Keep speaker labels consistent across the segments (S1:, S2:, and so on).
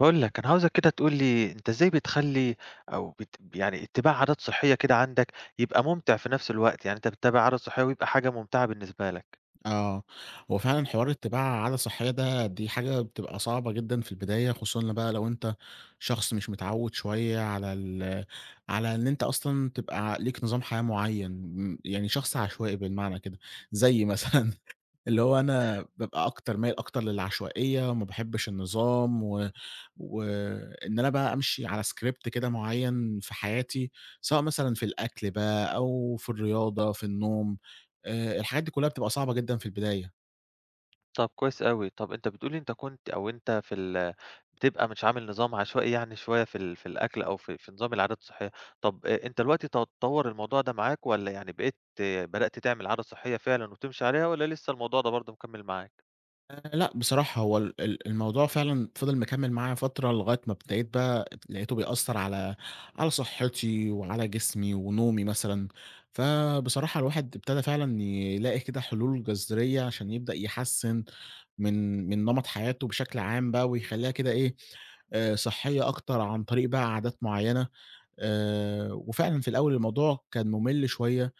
S1: باقول لك، أنا عاوزك كده تقول لي أنت إزاي بتخلّي أو يعني اتّباع عادات صحّية كده عندك يبقى مُمتع في نفس الوقت، يعني أنت بتتابع عادة صحّية ويبقى حاجة مُمتعة بالنسبة لك؟
S2: آه، هو فعلًا حوار اتّباع عادة صحية دي حاجة بتبقى صعبة جدًا في البداية، خصوصًا بقى لو أنت شخص مش متعوّد شوية على على إن أنت أصلًا تبقى ليك نظام حياة معيّن، يعني شخص عشوائي بالمعنى كده، زيي مثلًا. اللي هو أنا بابقى أكتر مايل أكتر للعشوائية وما باحبش النظام و وإن أنا بقى أمشي على script كده معيّن في حياتي، سواء مثلًا في الأكل بقى أو في الرياضة، في النوم، الحاجات دي كلّها بتبقى صعبة جدًا في البداية.
S1: طَب كويس أوي، طَب أنت بتقول لي أنت كنت، أو أنت في ال بتبقى مش عامل نظام عشوائي، يعني شوية في الأكل أو في نظام العادات الصحّية. طَب أنت دلوقتي طوّر الموضوع ده معاك والّا يعني بقيت بدأت تعمل عادة صحّية فعلًا وتمشي عليها، والّا لسه الموضوع ده برضه مكمّل معاك؟
S2: لأ، بصراحة هو ال ال الموضوع فعلًا فضل مكمّل معايا فترة لغاية ما ابتديت بقى لقيته بيأثّر على صحّتي وعلى جسمي ونومي مثلًا، فبصراحة الواحد ابتدى فعلًا يلاقي كده حلول جذرية عشان يبدأ يحسّن من نمط حياته بشكل عام بقى ويخلّيها كده إيه، صحّية أكتر عن طريق بقى عادات معيّنة، وفعلًا في الأول الموضوع كان مُمِل شوية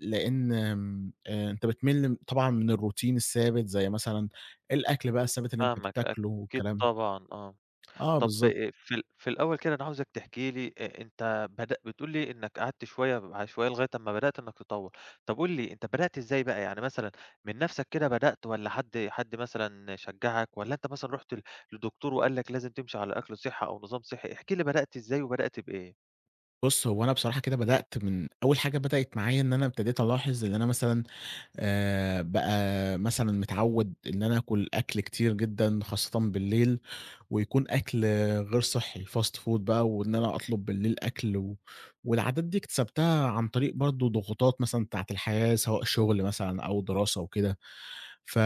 S2: لإن آمم، أنت بتمِل طبعًا من الروتين الثابت زي مثلًا الأكل بقى الثابت اللي أنت
S1: فاهمك،
S2: بتاكله
S1: أكيد
S2: والكلام.
S1: طبعًا، آه.
S2: آه
S1: طب
S2: بالضبط.
S1: في ال في الأول كده أنا عاوزك تحكي لي، أنت بتقول لي إنك قعدت شوية على شوية لغاية أمّا بدأت إنك تطوّر. طب قُل لي أنت بدأت إزاي بقى؟ يعني مثلًا من نَفْسك كده بدأت، والّا حد مثلًا شجّعك، والّا أنت مثلًا رُحت لدكتور وقال لك لازم تمشي على أكل صحّي أو نظام صحّي؟ احكِ لي بدأت إزاي وبدأت بإيه؟
S2: بُص، هو أنا بصراحة كده بدأت من أول حاجة بدأت معايا إن أنا ابتديت ألاحظ إن أنا مثلًا بقى مثلًا متعوّد إن أنا آكُل أكل كتير جدًا خاصةً بالليل، ويكون أكل غير صحّي fast food بقى وإن أنا أطلب بالليل أكل و والعادات دي اكتسبتها عن طريق برضه ضغوطات مثلًا بتاعة الحياة سواء شُغل مثلًا أو دراسة وكده. ف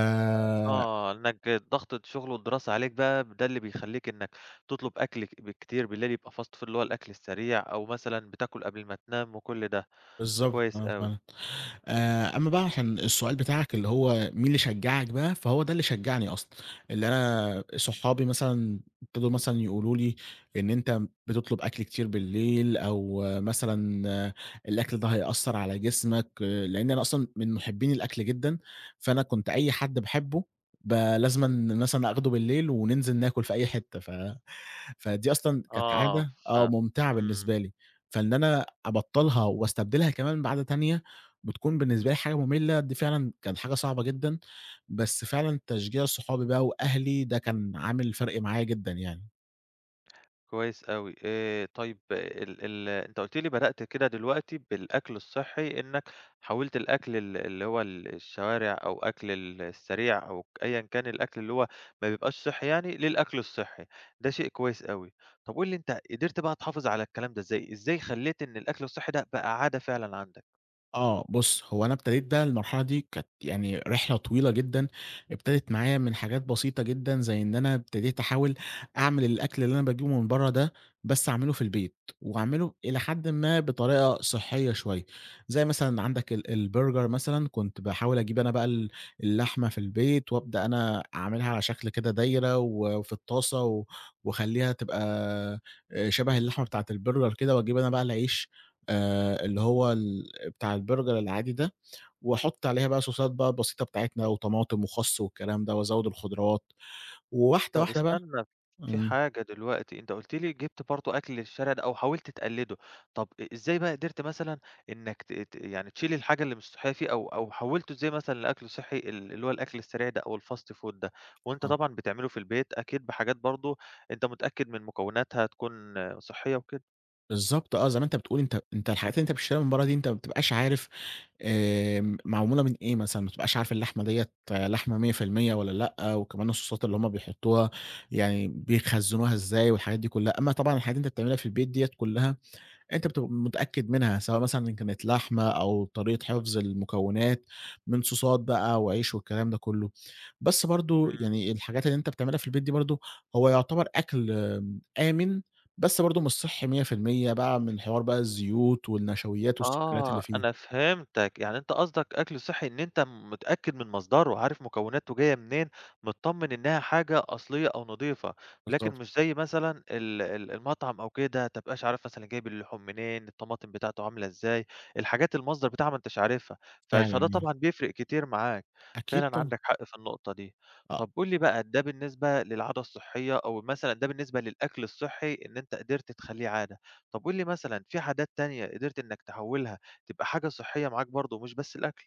S1: آه، إنك ضغط الشغل والدراسة عليك بقى ده اللي بيخلّيك إنك تطلب أكل كتير بالليل، يبقى fast food اللي هو الأكل السريع، أو مثلًا بتاكل قبل ما تنام وكل ده.
S2: بالضبط
S1: كويس
S2: آه
S1: أوي.
S2: فعلًا. أمّا بقى عشان السؤال بتاعك اللي هو مين اللي شجّعك بقى، فهو ده اللي شجّعني أصلًا، اللي أنا صحابي مثلًا ابتدوا مثلًا يقولوا لي إن أنت بتطلب أكل كتير بالليل أو آه، مثلًا آه، الأكل ده هيأثّر على جسمك، آه، لإن أنا أصلًا من مُحبّين الأكل جدًا، فأنا كنت أي حد باحبه لازمًا مثلًا آخده بالليل وننزل ناكل في أي حتّة، ف فدي أصلًا كانت
S1: آه،
S2: عادة
S1: ف
S2: آه ممتعة
S1: إمم،
S2: بالنسبة لي، فإن أنا أبطّلها واستبدلها كمان بعادة تانية، بتكون بالنسبة لي حاجة مُمِلّة، دي فعلًا كانت حاجة صعبة جدًا، بس فعلًا تشجيع صحابي بقى وأهلي ده كان عامل فرق معايا جدًا يعني.
S1: كويس أوي. طيب ال ال أنت قُلت لي بدأت كده دلوقتي بالأكل الصحّي، إنّك حاولت الأكل، اللي هو الشوارع، أو أكل السريع، أو أيًا كان الأكل اللي هو ما بيبقاش صحّي، يعني، للأكل الصحّي. ده شيء كويس أوي. طب قُل لي أنت قدرت بقى تحافظ على الكلام ده إزاي؟ إزاي خلّيت إن الأكل الصحّي ده بقى عادة فعلًا عندك؟
S2: آه، بُص، هو أنا ابتديت بقى المرحلة دي كانت يعني رحلة طويلة جدًا، ابتدت معايا من حاجات بسيطة جدًا، زي إن أنا ابتديت أحاول أعمل الأكل اللي أنا باجيبه من برّه ده، بس أعمله في البيت، وأعمله إلى حدٍ ما بطريقة صحية شوية، زي مثلًا عندك البرجر مثلًا، كنت باحاول أجيب أنا بقى اللحمة في البيت، وأبدأ أنا أعملها على شكل كده دايرة، وفي الطاسة و واخليها تبقى شبه اللحمة بتاعة البرجر كده، واجيب أنا بقى العيش اللي هو بتاع البرجر العادي ده، واحُط عليها بقى صوصات بقى بسيطة بتاعتنا وطماطم وخَس والكلام ده، وازوّد الخضروات، وواحدة
S1: طب
S2: واحدة بقى.
S1: استنى في
S2: إمم،
S1: حاجة دلوقتي، أنت قُلت لي جِبت برضه أكل الشارع ده أو حاولت تقلّده. طب إزاي بقى قدرت مثلًا إنّك ت ت يعني تشيل الحاجة اللي مش صحّية فيه، أو حوّلته إزاي مثلًا لأكل صحّي، اللي هو الأكل السريع ده أو الfast food ده، وأنت
S2: آه،
S1: طبعًا بتعمله في البيت أكيد بحاجات برضه أنت متأكد من مكوناتها تكون صحّية وكده؟
S2: بالضبط آه، زي ما أنت بتقول أنت الحاجات اللي أنت بتشتريها من برّه دي أنت ما بتبقاش عارف معمولة من إيه مثلًا، ما بتبقاش عارف اللحمة ديّة لحمة 100% والّا لأ، وكمان الصوصات اللي هُم بيحطوها يعني بيخزّنوها إزاي والحاجات دي كلّها، أمّا طبعًا الحاجات اللي أنت بتعملها في البيت ديّة كلّها أنت بتبقى متأكد منها، سواء مثلًا إن كانت لحمة أو طريقة حفظ المكونات من صوصات بقى وعيش والكلام ده كله. بس برضه
S1: إمم.
S2: يعني الحاجات اللي أنت بتعملها في البيت دي برضه هو يعتبر أكل آمن، بس برضه مش صحّي 100% بقى من حوار بقى الزيوت والنشويات والسكريات اللي
S1: آه، أنا
S2: فيه.
S1: فهمتك، يعني أنت قصدك أكل صحّي، إن أنت متأكد من مصدره، عارف مكوناته جاية منين، متطمن إنها حاجة أصلية أو نضيفة، لكن
S2: بالضبط،
S1: مش زي مثلًا ال ال المطعم أو كده، ما تبقاش عارف مثلًا جايب اللحوم منين، الطماطم بتاعته عاملة إزاي، الحاجات المصدر بتاعها ما أنتاش عارفها،
S2: فعلًا
S1: فده
S2: آه،
S1: طبعًا بيفرق كتير معاك.
S2: أكيد
S1: فعلًا
S2: طبعًا.
S1: عندك حق في النقطة دي.
S2: آه.
S1: طب قُل لي بقى، ده بالنسبة للعادة الصحية، أو مثلًا ده بالنسبة للأكل الصحّي، إن أنت قدرت تخلّيه عادة. طب قُل لي مثلًا في عادات تانية قدرت إنك تحوّلها تبقى حاجة صحّية معاك، برضه مش بس الأكل؟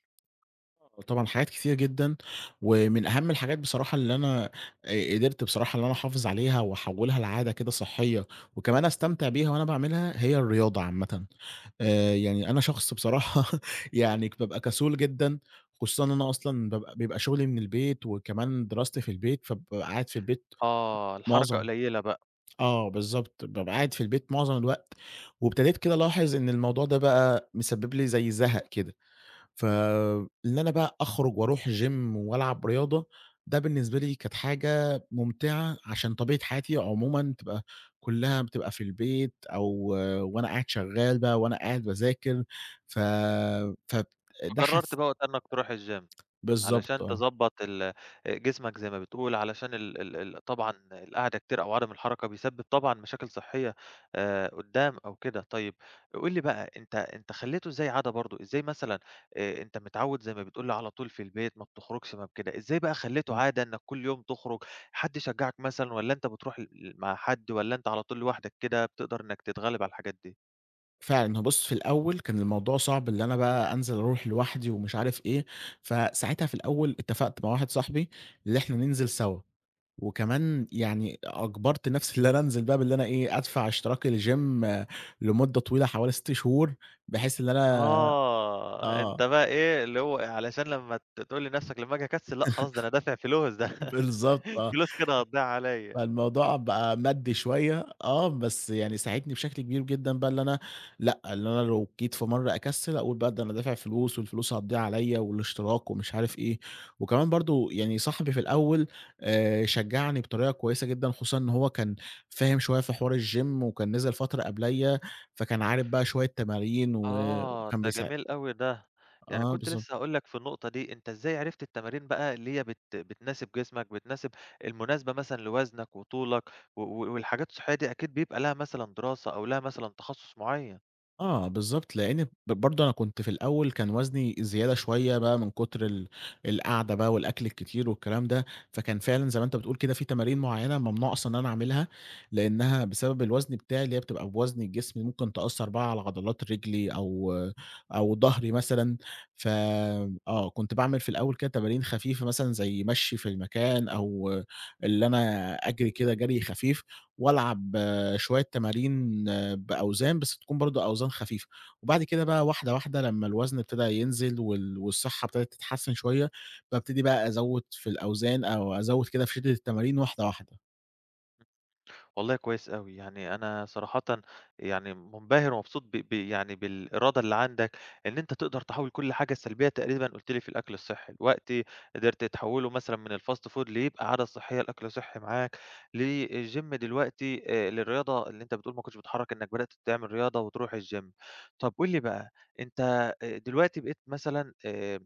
S2: آه طبعًا حاجات كتير جدًا، ومن أهم الحاجات بصراحة اللي أنا قدرت بصراحة إن أنا أحافظ عليها وأحوّلها لعادة كده صحّية، وكمان أستمتع بيها وأنا باعملها هي الرياضة عامةً. يعني أنا شخص بصراحة يعني بابقى كسول جدًا، خصوصًا إن أنا أصلًا بابقى بيبقى شغلي من البيت وكمان دراستي في البيت، فبابقى قاعد في البيت
S1: آه، الحركة
S2: معظم
S1: قليلة بقى،
S2: آه بالضبط، بابقى قاعد في البيت معظم الوقت، وابتديت كده ألاحظ إن الموضوع ده بقى مسبب لي زي زهق كده. فإن أنا بقى أخرج وأروح الgym وألعب رياضة، ده بالنسبة لي كانت حاجة ممتعة عشان طبيعة حياتي عمومًا تبقى كلّها بتبقى في البيت أو آه، وأنا قاعد شغّال بقى، وأنا قاعد باذاكر، ف فب ده
S1: فقررت
S2: حس
S1: بقى وقتها إنك تروح الgym.
S2: بالضبط
S1: علشان
S2: آه.
S1: تضبّط جسمك زي ما بتقول، علشان ال ال ال طبعًا القعدة كتير أو عدم الحركة بيسبب طبعًا مشاكل صحية قدّام أو كده. طيب قُل لي بقى أنت خلّيته إزاي عادة برضه، إزاي مثلًا أنت متعوّد زي ما بتقول لي على طول في البيت ما بتخرجش ما بكده، إزاي بقى خلّيته
S2: إمم.
S1: عادة إنّك كل يوم تخرج؟ حد شجّعك مثلًا، والّا أنت بتروح مع حد، والّا أنت على طول لوحدك كده بتقدر إنّك تتغلّب على الحاجات دي؟
S2: فعلًا، هو بُص في الأول كان الموضوع صعب اللي أنا بقى أنزل أروح لوحدي ومش عارف إيه، فساعتها في الأول اتفقت مع واحد صاحبي اللي إحنا ننزل سوا. وكمان يعني أجبرت نفسي اللي أنا أنزل بقى باللي أنا إيه، أدفع اشتراك الgym لمدة طويلة حوالي 6 شهور، بحيث إن أنا
S1: آه، أنت
S2: آه،
S1: بقى إيه اللي هو، علشان لمّا تقول لنَفْسك لمّا آجي أكسّل، لأ خلاص، ده أنا دافع فلوس ده
S2: بالضبط آه.
S1: فلوس كده هتضيع عليّا.
S2: فالموضوع بقى مادي شوية آه، بس يعني ساعدني بشكل كبير جدًا بقى اللي أنا لأ، اللي أنا لو جيت في مرّة أكسّل أقول بقى ده أنا دافع فلوس والفلوس هتضيع عليّا والاشتراك ومش عارف إيه، وكمان برضه يعني صاحبي في الأول شجّعني بطريقة كويسة جدًا خصوصًا إن هو كان فاهم شوية في حوار الgym وكان نزل فترة قبليّا، فكان عارف بقى شوية تمارين و
S1: آه،
S2: وكان
S1: ده
S2: بيساع
S1: جميل أوي ده. يعني
S2: آه
S1: كنت
S2: بالضبط.
S1: لسه هاقول لك في النقطة دي، أنت إزاي عرفت التمارين بقى اللي هي بتناسب جسمك، بتناسب المناسبة مثلًا لوزنك وطولك و و والحاجات الصحية دي، أكيد بيبقى لها مثلًا دراسة أو لها مثلًا تخصُّص معيّن؟
S2: آه، بالضبط، لإن برضه أنا كنت في الأول كان وزني زيادة شوية بقى من كتر القعدة بقى والأكل الكتير والكلام ده، فكان فعلًا زي ما أنت بتقول كده في تمارين معيّنة ممنوع أصلًا إن أنا أعملها، لإنها بسبب الوزن بتاعي اللي هي بتبقى بوزن الجسم ممكن تأثّر بقى على عضلات رجلي أو أو ضهري مثلًا، ف آه، كنت باعمل في الأول كده تمارين خفيفة مثلًا زي مشي في المكان أو اللي أنا أجري كده جري خفيف وألعب آه، شوية تمارين بأوزان بس تكون برضه أوزان خفيفة، وبعد كده بقى واحدة واحدة لمّا الوزن ابتدى ينزل والصحة ابتدت تتحسن شوية، بابتدي بقى أزوّد في الأوزان أو أزوّد كده في شدة التمارين واحدة واحدة.
S1: والله كويس أوي، يعني أنا صراحةً يعني منبهر ومبسوط ب ب يعني بالإرادة اللي عندك، إن أنت تقدر تحوّل كل حاجة سلبية تقريبًا قُلت لي، في الأكل الصحّي، الوقت قدرت تحوّله مثلًا من الfast food ليبقى عادة صحّية، الأكل صحّي معاك، للgym دلوقتي، للرياضة اللي أنت بتقول ما كنتش بتتحرّك، إنّك بدأت تعمل رياضة وتروح الgym. طَب قُل لي بقى أنت دلوقتي بقيت مثلًا،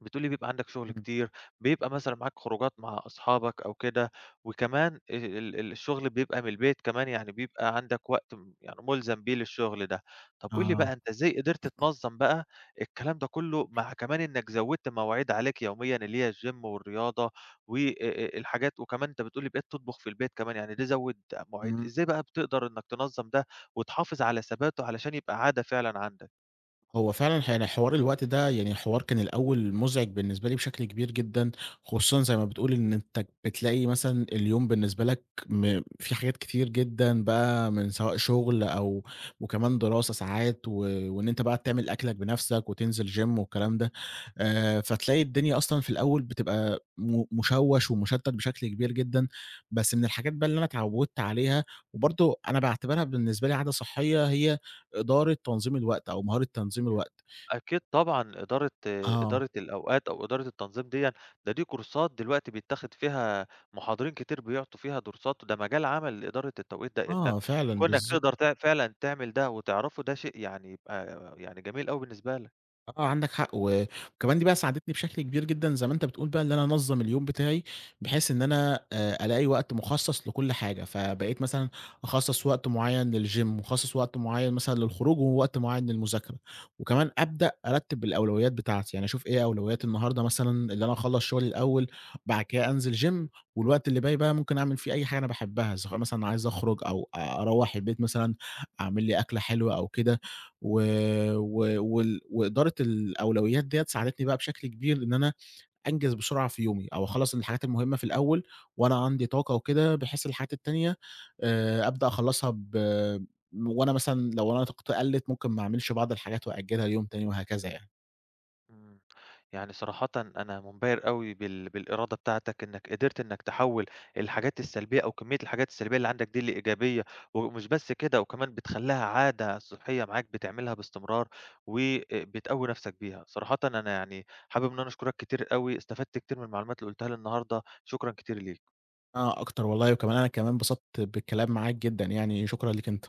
S1: بتقولي بيبقى عندك شغل
S2: إمم.
S1: كتير، بيبقى مثلًا معاك خروجات مع أصحابك أو كده، وكمان ال ال الشغل بيبقى من البيت كمان، يعني بيبقى عندك وقت يعني ملزم بيه للشغل ده. طب قُل لي
S2: آه.
S1: بقى، أنت إزاي قدرت تنظّم بقى الكلام ده كله، مع كمان إنك زوّدت مواعيد عليك يوميًا، اللي هي الgym والرياضة و الحاجات، وكمان أنت بتقول لي بقيت تطبخ في البيت كمان، يعني ده زوّد مواعيد،
S2: إمم.
S1: إزاي بقى بتقدر إنك تنظّم ده وتحافظ على ثباته علشان يبقى عادة فعلًا عندك؟
S2: هو فعلًا يعني حوار الوقت ده يعني حوار كان الأول مُزعج بالنسبة لي بشكل كبير جدًا، خصوصًا زي ما بتقول إن أنت بتلاقي مثلًا اليوم بالنسبة لك في حاجات كتير جدًا بقى من سواء شغل أو وكمان دراسة ساعات وإن أنت بقى تعمل أكلك بنَفْسك وتنزل gym والكلام ده، فتلاقي الدنيا أصلًا في الأول بتبقى مشوّش ومشتّت بشكل كبير جدًا، بس من الحاجات بقى اللي أنا اتعوّدت عليها وبرضه أنا باعتبرها بالنسبة لي عادة صحّية هي إدارة تنظيم الوقت أو مهارة تنظيم الوقت.
S1: أكيد طبعًا، إدارة
S2: آه،
S1: إدارة الأوقات أو إدارة التنظيم ديًا، دي كورسات دلوقتي بيتاخد فيها محاضرين كتير بيعطوا فيها دروسات، وده مجال عمل لإدارة التوقيت ده، إنك
S2: آه فعلًا
S1: كونك تقدر فعلًا تعمل ده وتعرفه، ده شيء يعني يبقى يعني جميل أوي بالنسبة لك.
S2: آه، عندك حق، وكمان دي بقى ساعدتني بشكل كبير جدًا زي ما أنت بتقول بقى إن أنا أنظّم اليوم بتاعي، بحيث إن أنا ألاقي وقت مخصص لكل حاجة، فبقيت مثلًا أخصّص وقت معيّن للgym وأخصّص وقت معيّن مثلًا للخروج ووقت معيّن للمذاكرة، وكمان أبدأ أرتّب الأولويات بتاعتي، يعني أشوف إيه أولويات النهارده مثلًا اللي أنا أخلّص شغلي الأول، بعد كده أنزل gym والوقت اللي باقي بقى ممكن أعمل فيه أي حاجة أنا باحبها، سواء مثلًا عايز أخرج أو أروّح البيت مثلًا أعمل لي أكلة حلوة أو كده. و و وال وإدارة الأولويات ديّة ساعدتني بقى بشكل كبير إن أنا أنجز بسرعة في يومي، أو أخلّص الحاجات المهمة في الأول وأنا عندي طاقة وكده، بحيث الحاجات التانية أبدأ أخلّصها وأنا مثلًا لو أنا طاقتي قَلِّت ممكن ما أعملش بعض الحاجات وأأجّلها ليوم تاني وهكذا يعني.
S1: إمم. يعني صراحةً أنا مُنبهر أوي بالإرادة بتاعتك، إنّك قدرت إنّك تحوّل الحاجات السلبية، أو كمية الحاجات السلبية اللي عندك دي لإيجابية، ومش بس كده، وكمان بتخلّيها عادة صحّية معاك بتعملها باستمرار، وبتقوّي نَفْسك بيها. صراحةً أنا يعني حابب إن أنا أشكرك كتير أوي، استفدت كتير من المعلومات اللي قُلتها لي النهارده، شكرًا كتير ليك.
S2: أنا أكتر والله، وكمان أنا كمان انبسطت بالكلام معاك جدًا يعني، شكرًا ليك أنت.